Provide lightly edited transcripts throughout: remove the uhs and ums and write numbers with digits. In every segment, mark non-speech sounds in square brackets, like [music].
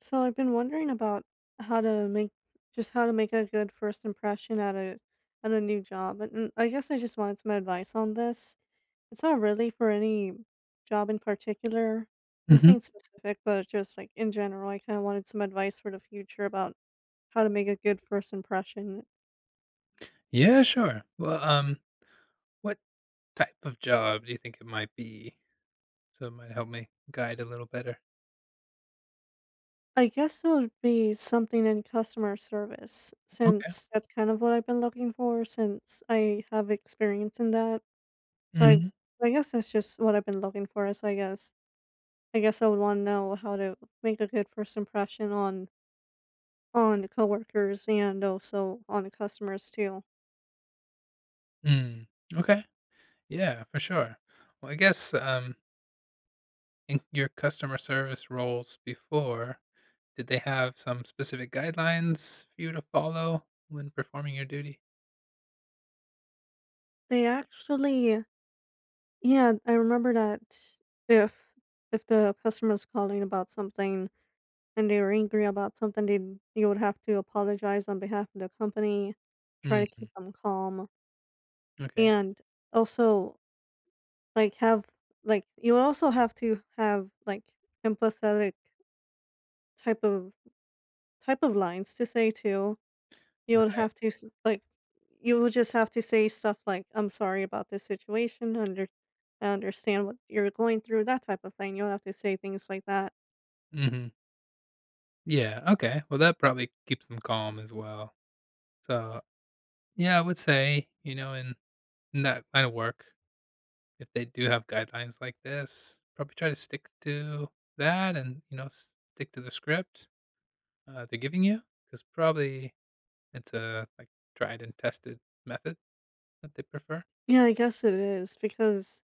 So I've been wondering about how to make a good first impression at a new job. And I guess I just wanted some advice on this. It's not really for any job in particular, Hmm. nothing specific, but just like in general, I kind of wanted some advice for the future about how to make a good first impression. Yeah, sure. Well, what type of job do you think it might be? So it might help me guide a little better. I guess it would be something in customer service, Okay. since that's kind of what I've been looking for since I have experience in that. So I Hmm. I guess that's just what I've been looking for. So I guess I would wanna know how to make a good first impression on coworkers and also on the customers too. Mm. Okay. Yeah, for sure. Well, I guess, in your customer service roles before, did they have some specific guidelines for you to follow when performing your duty? They actually, yeah, I remember that if if the customer's calling about something and they were angry about something, they you would have to apologize on behalf of the company, try to Mm. keep them calm, Okay. and also like have like you would also have to have like empathetic Type of type of lines to say too. You would Right. have to s like, you would just have to say stuff like, "I'm sorry about this situation, under I understand what you're going through," that type of thing. You would have to say things like that. Hmm. Yeah. Okay. Well, that probably keeps them calm as well. So yeah, I would say in that kind of work, if they do have guidelines like this, probably try to stick to that and, stick to the script, they're giving you, because probably it's a, like, tried and tested method that they prefer. Yeah, I guess it is because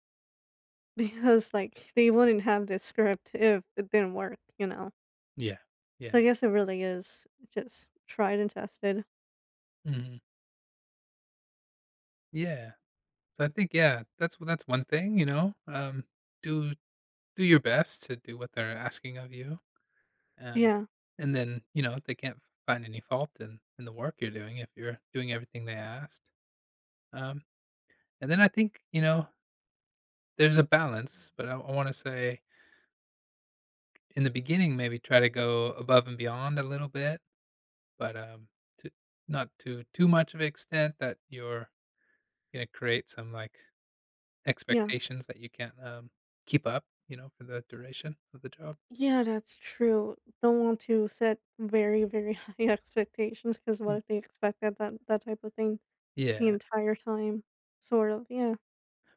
[laughs] because, like, they wouldn't have this script if it didn't work. Yeah, So I yeah. guess it really is just tried and tested. Mhm. Yeah. So I think, yeah, that's one thing, do do your best to do what they're asking of you, um, Yeah, and then, if they can't find any fault in the work you're doing, if you're doing everything they asked, um, and then I think, there's a balance, but I wanna say in the beginning, maybe try to go above and beyond a little bit, but, to not to too much of an extent that you're gonna create some, like, yeah. expectations that you can't, keep up, for the duration of the job. Yeah, that's true. Don't want to set very, very [laughs] high expectations, because what Mm, if they expect that type of thing the yeah, entire time? Sort of, yeah.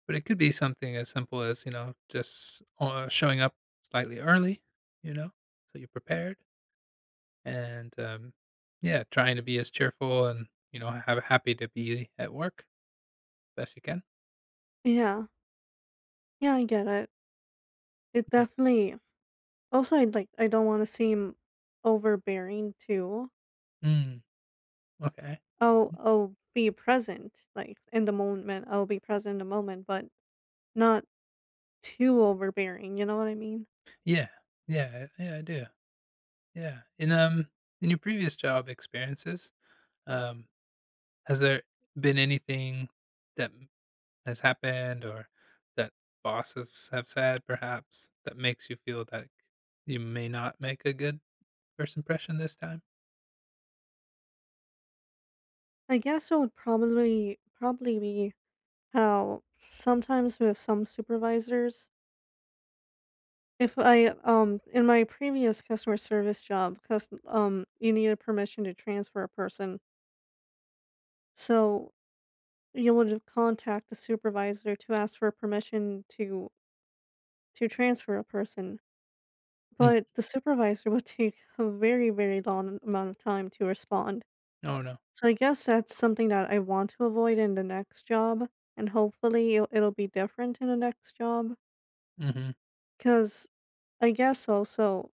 but it could be something as simple as, just, showing up slightly early, you know, so you're prepared, and, yeah, trying to be as cheerful and, have happy to be at work best you can. Yeah. Yeah, I get it. It definitely also— I like, I don't want to seem overbearing too. Mm, okay. I'll Mhm. I'll be present, like in the moment. I'll be present in the moment, but not too overbearing, you know what I mean? Yeah, yeah, yeah, I do. Yeah. In your previous job experiences, um, has there been anything that m has happened or that bosses have said perhaps that makes you feel that you may not make a good first impression this time? I guess it would probably be how sometimes with some supervisors. If I, In my previous customer service job, cause you needed permission to transfer a person, so you would have contact the supervisor to ask for permission to transfer a person, Mm. but the supervisor [laughs] would take a very, very long amount of time to respond. Oh, no. So I guess that's something that I want to avoid in the next job, and hopefully it'll be different in the next job. Mhm. Cause I guess also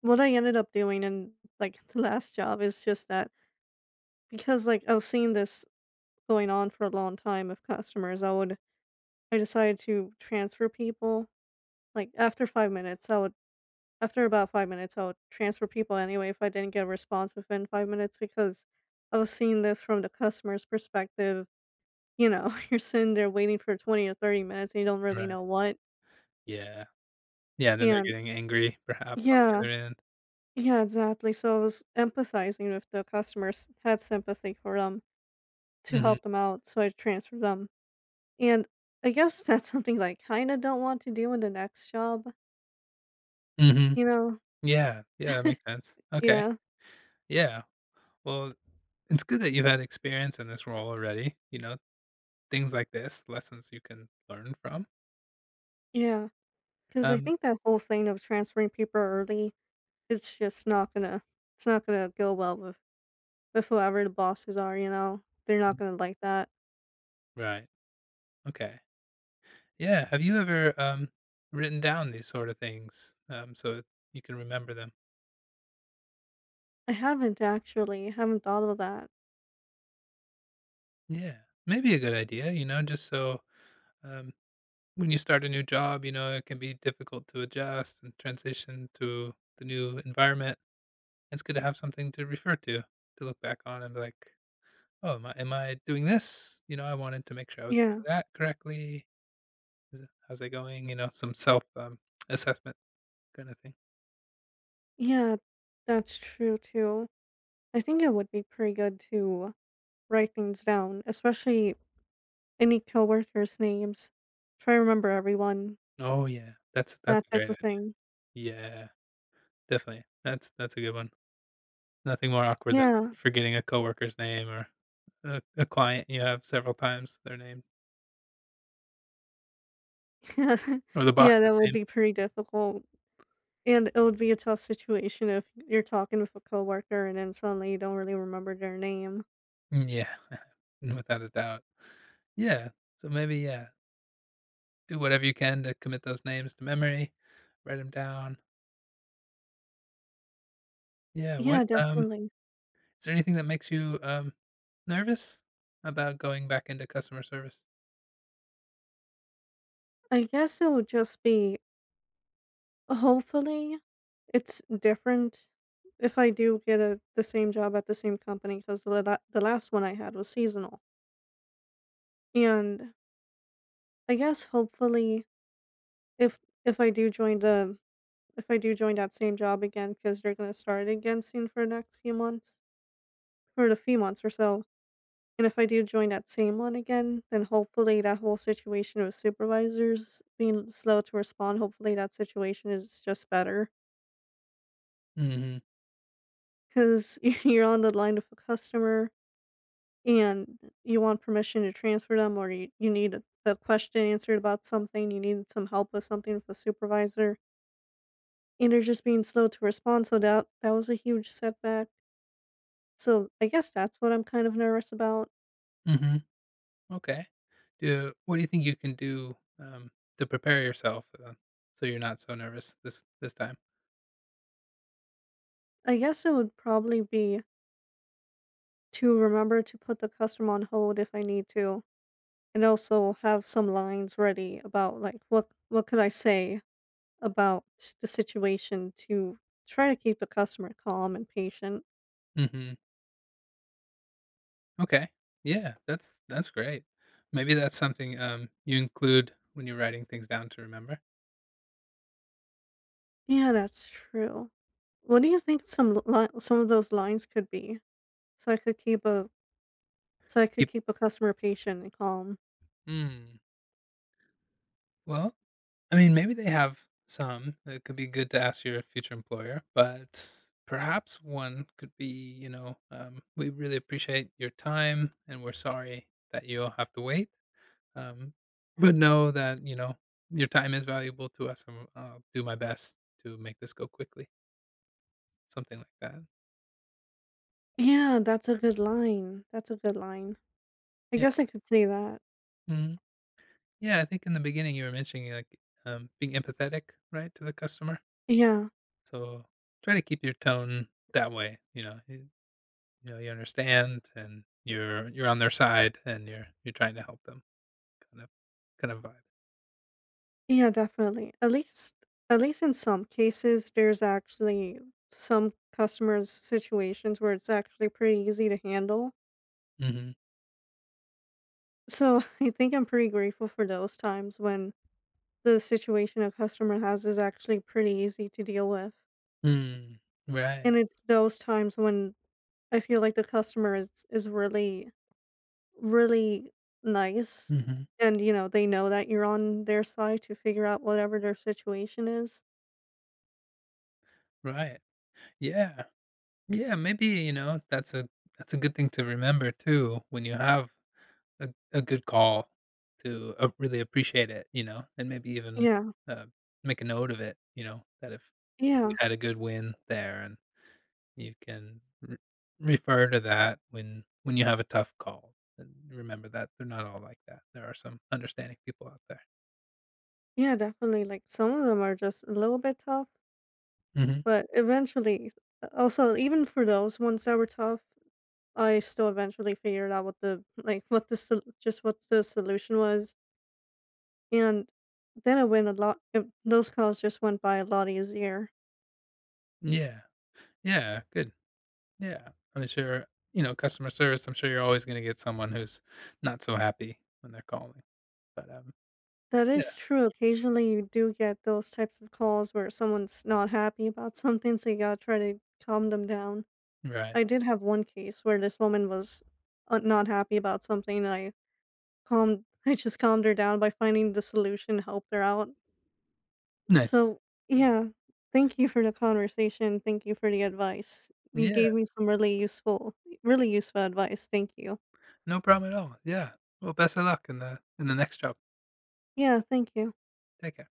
what I ended up doing in, like, [laughs] the last job is just that. Because, like, I was seeing this going on for a long time of customers, I decided to transfer people. Like, after 5 minutes, I would after about 5 minutes, I would transfer people anyway if I didn't get a response within 5 minutes, because I was seeing this from the customer's perspective. You know, [laughs] you're sitting there waiting for 20 or 30 minutes and you don't really Right. know what. Yeah. Yeah, then they're And getting angry perhaps on the yeah, other end. yeah, exactly. So I was empathizing with the customers, had sympathy for them, to Mhm. help them out, so I transferred them. And I guess that's something that I kinda don't want to do in the next job, Mhm. you know? Yeah, yeah, that makes sense. Okay. Yeah, Yeah. Well, it's good that you've had experience in this role already, things like this, lessons you can learn from. yeah. Because I Um, think that whole thing of transferring people early, it's just not gonna it's not gonna go well with whoever the bosses are, you know? They're Mm. not gonna like that. Right. Okay. Yeah. Have you ever, written down these sort of things, so you can remember them? I haven't actually, haven't thought of that. Yeah. Maybe a good idea, just so, um, when you start a new job, it can be difficult to adjust and transition to the new environment. It's good to have something to refer to look back on and be like, oh, am I doing this? I wanted to make sure I was doing Yeah, that correctly. Is it How's it going? Some self, assessment kinda thing. yeah, that's true too. I think it would be pretty good to write things down, especially any coworkers' names. Try to remember everyone, Oh, yeah. That's that a type great of idea. thing. Yeah, definitely. That's a good one. Nothing more awkward than Yeah. forgetting a coworker's name or a client you have several times their name Yeah, [laughs] or the yeah, boss's that would name. be pretty difficult, and it would be a tough situation if you're talking with a coworker and then suddenly you don't really remember their name. Mm, yeah. [laughs] Without a doubt. Yeah. So maybe, yeah, do whatever you can to commit those names to memory. Write them down. Yeah, Yeah, is definitely. there anything that makes you, nervous about going back into customer service? I guess it would just be, hopefully it's different if I do get a— the same job at the same company, because the the last one I had was seasonal, and I guess hopefully if if I do join the— if I do join that same job again because they're gonna start again soon for the next few months, for the few months or so. And if I do join that same one again, then hopefully that whole situation with supervisors being slow to respond, hopefully that situation is just better. Mhm. Because [laughs] you're on the line with a customer and you want permission to transfer them, you need a question answered about something, you need some help with something with a supervisor, and they're just being slow to respond. So that was a huge setback. So I guess that's what I'm kind of nervous about. Mhm. Okay. Do What do you think you can do, to prepare yourself, so you're not so nervous this time? I guess it would probably be— to remember to put the customer on hold if I need to, and also have some lines ready about, like, what could I say about the situation to try to keep the customer calm and patient. Mhm. Okay. Yeah, that's great. Maybe that's something, you include when you're writing things down to remember. Yeah, that's true. What do you think some l li some of those lines could be, So I could keep a so I To could Keep keep a customer patient and calm? Mm. Well, I mean, maybe they have some. It could be good to ask your future employer, but perhaps one could be, "We really appreciate your time, and we're sorry that you'll have to wait." Um, but know that, your time is valuable to us, and I'll do my best to make this go quickly, something like that. Yeah, that's a good line. That's a good line. I Yeah. guess I could say that. Mhm. Yeah, I think in the beginning you were mentioning, like, being empathetic, right, to the customer? Yeah. So, try to keep your tone that way, you understand, and you're on their side, and you're trying to help them, kind of kind of vibe. Yeah, definitely. At least in some cases there's actually some customers situations where it's actually pretty easy to handle. Mhm. So, [laughs] I think I'm pretty grateful for those times when the situation a customer has is actually pretty easy to deal with. Mm. Right. And it's those times when I feel like the customer is really, really nice Mhm. and, you know, they know that you're on their side to figure out whatever their situation is. Right. Yeah. Yeah, maybe, that's a good thing to remember too when you have a good call to, really appreciate it, and maybe even, Yeah. uh, make a note of it, that if you Yeah. had a good win there and you can re refer to that when you have a tough call, and remember that they're not all like that. There are some understanding people out there. Yeah, definitely, like, some of them are just a little bit tough, Mhm. but eventually— also, even for those ones that were tough, I still eventually figured out what the— like, what the sol just what the solution was, and then it went a lot it those calls just went by a lot easier. Yeah. Yeah, good. Yeah, I'm sure, customer service, I'm sure you're always gonna get someone who's not so happy when they're calling, but, That yeah, is true, occasionally you do get those types of calls where someone's not happy about something, so you gotta try to calm them down. right. I did have one case where this woman was, not happy about something. I Calmed [laughs] I just calmed her down by finding the solution, helped her out. Nice. So, Yeah. yeah, thank you for the conversation, thank you for the advice. You Yeah, gave me some really useful— really useful advice, thank you. no problem at all. Yeah. Well, best of luck in the next job. Yeah, thank you. Take care.